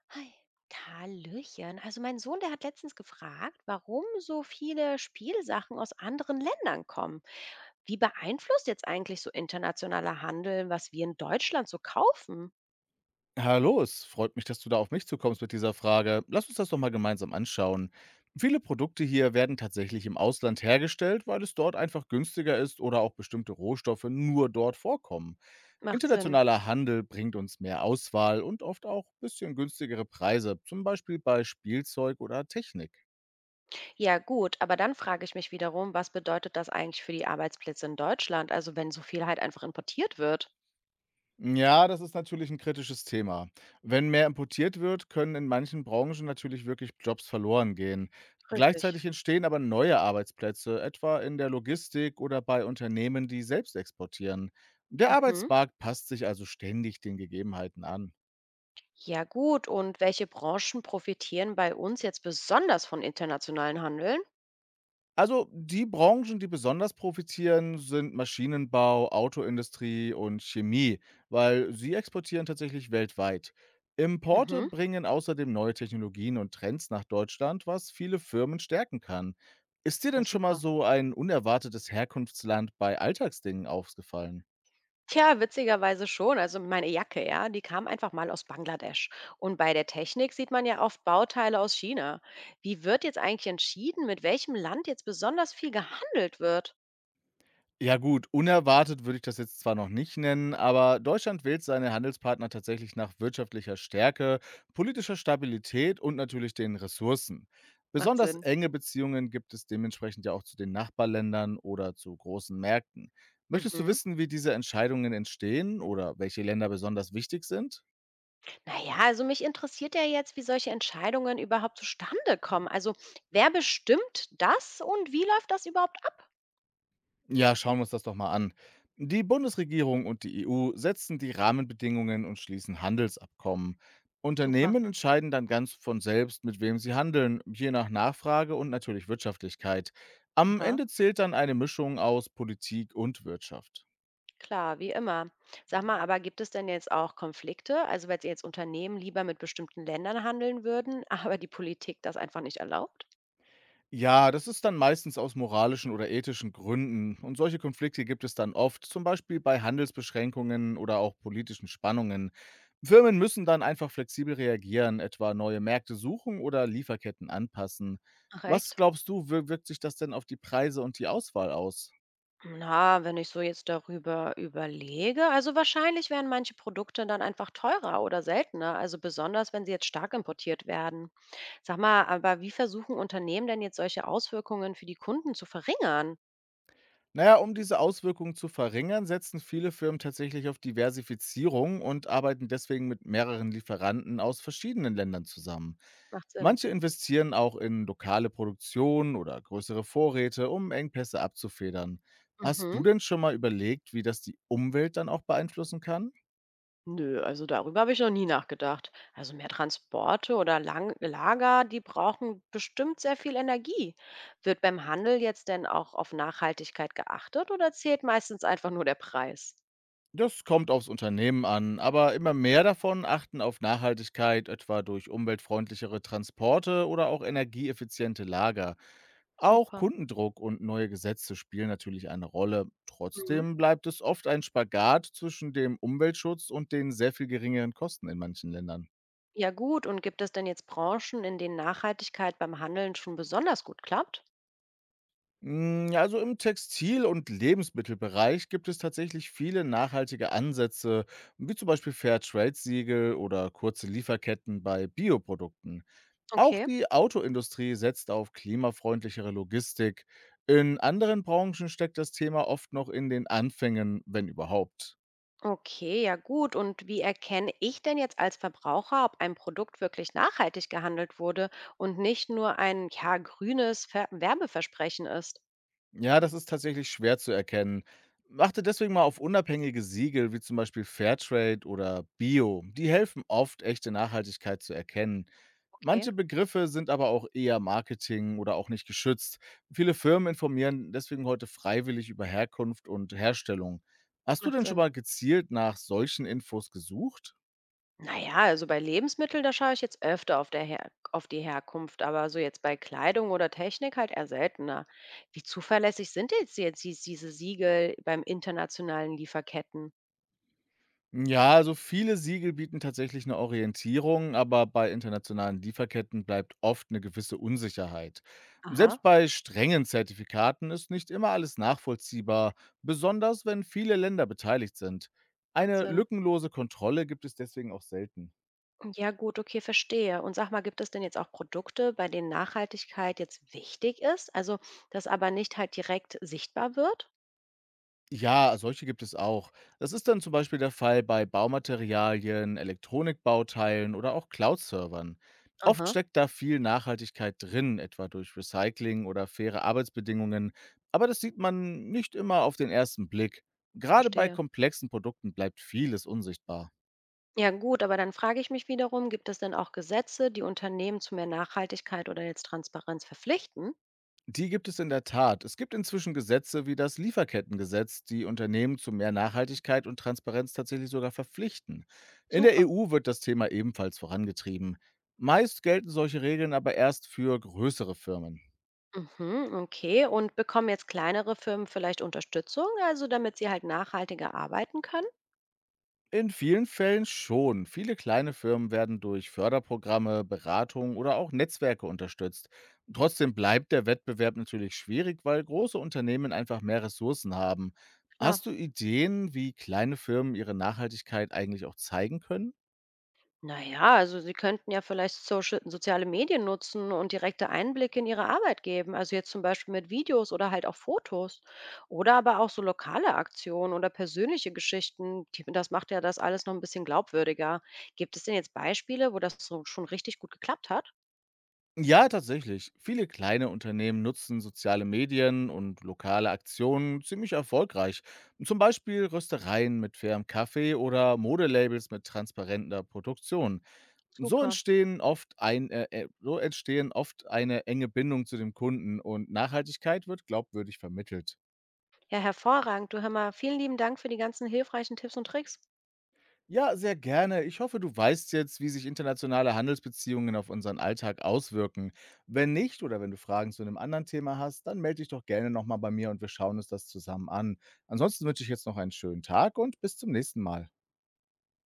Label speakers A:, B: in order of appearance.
A: Hi. Hallöchen. Also mein Sohn, der hat letztens gefragt, warum so viele Spielsachen aus anderen Ländern kommen. Wie beeinflusst jetzt eigentlich so internationaler Handel, was wir in Deutschland so kaufen?
B: Hallo, es freut mich, dass du da auf mich zukommst mit dieser Frage. Lass uns das doch mal gemeinsam anschauen. Viele Produkte hier werden tatsächlich im Ausland hergestellt, weil es dort einfach günstiger ist oder auch bestimmte Rohstoffe nur dort vorkommen.
A: Macht Sinn.
B: Internationaler Handel bringt uns mehr Auswahl und oft auch ein bisschen günstigere Preise, zum Beispiel bei Spielzeug oder Technik.
A: Ja gut, aber dann frage ich mich wiederum, was bedeutet das eigentlich für die Arbeitsplätze in Deutschland, also wenn so viel halt einfach importiert wird?
B: Ja, das ist natürlich ein kritisches Thema. Wenn mehr importiert wird, können in manchen Branchen natürlich wirklich Jobs verloren gehen.
A: Richtig.
B: Gleichzeitig entstehen aber neue Arbeitsplätze, etwa in der Logistik oder bei Unternehmen, die selbst exportieren. Der
A: Mhm.
B: Arbeitsmarkt passt sich also ständig den Gegebenheiten an.
A: Ja gut, und welche Branchen profitieren bei uns jetzt besonders von internationalen Handeln?
B: Also, die Branchen, die besonders profitieren, sind Maschinenbau, Autoindustrie und Chemie, weil sie exportieren tatsächlich weltweit. Importe
A: Mhm.
B: bringen außerdem neue Technologien und Trends nach Deutschland, was viele Firmen stärken kann. Ist dir
A: Ja
B: denn schon mal
A: super.
B: so ein unerwartetes Herkunftsland bei Alltagsdingen aufgefallen?
A: Tja, witzigerweise schon. Also meine Jacke, ja, die kam einfach mal aus Bangladesch. Und bei der Technik sieht man ja oft Bauteile aus China. Wie wird jetzt eigentlich entschieden, mit welchem Land jetzt besonders viel gehandelt wird?
B: Ja gut, unerwartet würde ich das jetzt zwar noch nicht nennen, aber Deutschland wählt seine Handelspartner tatsächlich nach wirtschaftlicher Stärke, politischer Stabilität und natürlich den Ressourcen.
A: Macht
B: Besonders
A: Sinn.
B: enge Beziehungen gibt es dementsprechend ja auch zu den Nachbarländern oder zu großen Märkten. Möchtest du
A: Mhm.
B: wissen, wie diese Entscheidungen entstehen oder welche Länder besonders wichtig sind?
A: Naja, also mich interessiert ja jetzt, wie solche Entscheidungen überhaupt zustande kommen. Also wer bestimmt das und wie läuft das überhaupt ab?
B: Ja, schauen wir uns das doch mal an. Die Bundesregierung und die EU setzen die Rahmenbedingungen und schließen Handelsabkommen.
A: Super.
B: Unternehmen entscheiden dann ganz von selbst, mit wem sie handeln, je nach Nachfrage und natürlich Wirtschaftlichkeit. Am
A: Aha.
B: Ende zählt dann eine Mischung aus Politik und Wirtschaft.
A: Klar, wie immer. Sag mal, aber gibt es denn jetzt auch Konflikte? Also, wenn jetzt Unternehmen lieber mit bestimmten Ländern handeln würden, aber die Politik das einfach nicht erlaubt?
B: Ja, das ist dann meistens aus moralischen oder ethischen Gründen. Und solche Konflikte gibt es dann oft, zum Beispiel bei Handelsbeschränkungen oder auch politischen Spannungen. Firmen müssen dann einfach flexibel reagieren, etwa neue Märkte suchen oder Lieferketten anpassen.
A: Ach
B: Was
A: echt?
B: glaubst du, wirkt sich das denn auf die Preise und die Auswahl aus?
A: Na, wenn ich so jetzt darüber überlege, also wahrscheinlich wären manche Produkte dann einfach teurer oder seltener, also besonders wenn sie jetzt stark importiert werden. Sag mal, aber wie versuchen Unternehmen denn jetzt solche Auswirkungen für die Kunden zu verringern?
B: Naja, um diese Auswirkungen zu verringern, setzen viele Firmen tatsächlich auf Diversifizierung und arbeiten deswegen mit mehreren Lieferanten aus verschiedenen Ländern zusammen.
A: Macht Sinn.
B: Manche investieren auch in lokale Produktion oder größere Vorräte, um Engpässe abzufedern. Hast du
A: Mhm.
B: denn schon mal überlegt, wie das die Umwelt dann auch beeinflussen kann?
A: Nö, also darüber habe ich noch nie nachgedacht. Also mehr Transporte oder Lang Lager, die brauchen bestimmt sehr viel Energie. Wird beim Handel jetzt denn auch auf Nachhaltigkeit geachtet oder zählt meistens einfach nur der Preis?
B: Das kommt aufs Unternehmen an, aber immer mehr davon achten auf Nachhaltigkeit, etwa durch umweltfreundlichere Transporte oder auch energieeffiziente Lager. Auch
A: Super.
B: Kundendruck und neue Gesetze spielen natürlich eine Rolle.
A: Mhm.
B: Trotzdem bleibt es oft ein Spagat zwischen dem Umweltschutz und den sehr viel geringeren Kosten in manchen Ländern.
A: Ja gut, und gibt es denn jetzt Branchen, in denen Nachhaltigkeit beim Handeln schon besonders gut klappt?
B: Ja, also im Textil- und Lebensmittelbereich gibt es tatsächlich viele nachhaltige Ansätze, wie zum Beispiel Fairtrade-Siegel oder kurze Lieferketten bei Bioprodukten. Auch
A: Okay.
B: die Autoindustrie setzt auf klimafreundlichere Logistik. In anderen Branchen steckt das Thema oft noch in den Anfängen, wenn überhaupt.
A: Okay, ja gut. Und wie erkenne ich denn jetzt als Verbraucher, ob ein Produkt wirklich nachhaltig gehandelt wurde und nicht nur ein ja, grünes Ver Werbeversprechen ist?
B: Ja, das ist tatsächlich schwer zu erkennen. Achte deswegen mal auf unabhängige Siegel wie zum Beispiel Fairtrade oder Bio. Die helfen oft, echte Nachhaltigkeit zu erkennen.
A: Okay,
B: Manche Begriffe sind aber auch eher Marketing oder auch nicht geschützt. Viele Firmen informieren deswegen heute freiwillig über Herkunft und Herstellung. Hast du
A: macht
B: denn schon
A: Sinn.
B: mal gezielt nach solchen Infos gesucht?
A: Naja, also bei Lebensmitteln, da schaue ich jetzt öfter auf die Herkunft, aber so jetzt bei Kleidung oder Technik halt eher seltener. Wie zuverlässig sind jetzt diese Siegel beim internationalen Lieferketten?
B: Ja, also viele Siegel bieten tatsächlich eine Orientierung, aber bei internationalen Lieferketten bleibt oft eine gewisse Unsicherheit. Selbst
A: Aha,
B: bei strengen Zertifikaten ist nicht immer alles nachvollziehbar, besonders wenn viele Länder beteiligt sind.
A: macht
B: Eine
A: Sinn.
B: lückenlose Kontrolle gibt es deswegen auch selten.
A: Ja, gut, okay, verstehe. Und sag mal, gibt es denn jetzt auch Produkte, bei denen Nachhaltigkeit jetzt wichtig ist, also das aber nicht halt direkt sichtbar wird?
B: Ja, solche gibt es auch. Das ist dann zum Beispiel der Fall bei Baumaterialien, Elektronikbauteilen oder auch Cloud-Servern. Oft
A: Aha,
B: steckt da viel Nachhaltigkeit drin, etwa durch Recycling oder faire Arbeitsbedingungen, aber das sieht man nicht immer auf den ersten Blick. Gerade bei
A: verstehe.
B: komplexen Produkten bleibt vieles unsichtbar.
A: Ja, gut, aber dann frage ich mich wiederum, gibt es denn auch Gesetze, die Unternehmen zu mehr Nachhaltigkeit oder jetzt Transparenz verpflichten?
B: Die gibt es in der Tat. Es gibt inzwischen Gesetze wie das Lieferkettengesetz, die Unternehmen zu mehr Nachhaltigkeit und Transparenz tatsächlich sogar verpflichten. In der
A: Super.
B: EU wird das Thema ebenfalls vorangetrieben. Meist gelten solche Regeln aber erst für größere Firmen.
A: Mhm, okay. Und bekommen jetzt kleinere Firmen vielleicht Unterstützung, also damit sie halt nachhaltiger arbeiten können?
B: In vielen Fällen schon. Viele kleine Firmen werden durch Förderprogramme, Beratung oder auch Netzwerke unterstützt. Trotzdem bleibt der Wettbewerb natürlich schwierig, weil große Unternehmen einfach mehr Ressourcen haben.
A: Klar.
B: Hast du Ideen, wie kleine Firmen ihre Nachhaltigkeit eigentlich auch zeigen können?
A: Na ja, also Sie könnten ja vielleicht Social soziale Medien nutzen und direkte Einblicke in Ihre Arbeit geben. Also jetzt zum Beispiel mit Videos oder halt auch Fotos. Oder aber auch so lokale Aktionen oder persönliche Geschichten. Das macht ja das alles noch ein bisschen glaubwürdiger. Gibt es denn jetzt Beispiele, wo das so schon richtig gut geklappt hat?
B: Ja, tatsächlich. Viele kleine Unternehmen nutzen soziale Medien und lokale Aktionen ziemlich erfolgreich. Zum Beispiel Röstereien mit fairem Kaffee oder Modelabels mit transparenter Produktion. So
A: Super.
B: entstehen oft eine enge Bindung zu dem Kunden und Nachhaltigkeit wird glaubwürdig vermittelt.
A: Ja, hervorragend. Du hör mal, vielen lieben Dank für die ganzen hilfreichen Tipps und Tricks.
B: Ja, sehr gerne. Ich hoffe, du weißt jetzt, wie sich internationale Handelsbeziehungen auf unseren Alltag auswirken. Wenn nicht oder wenn du Fragen zu einem anderen Thema hast, dann melde dich doch gerne nochmal bei mir und wir schauen uns das zusammen an. Ansonsten wünsche ich jetzt noch einen schönen Tag und bis zum nächsten Mal.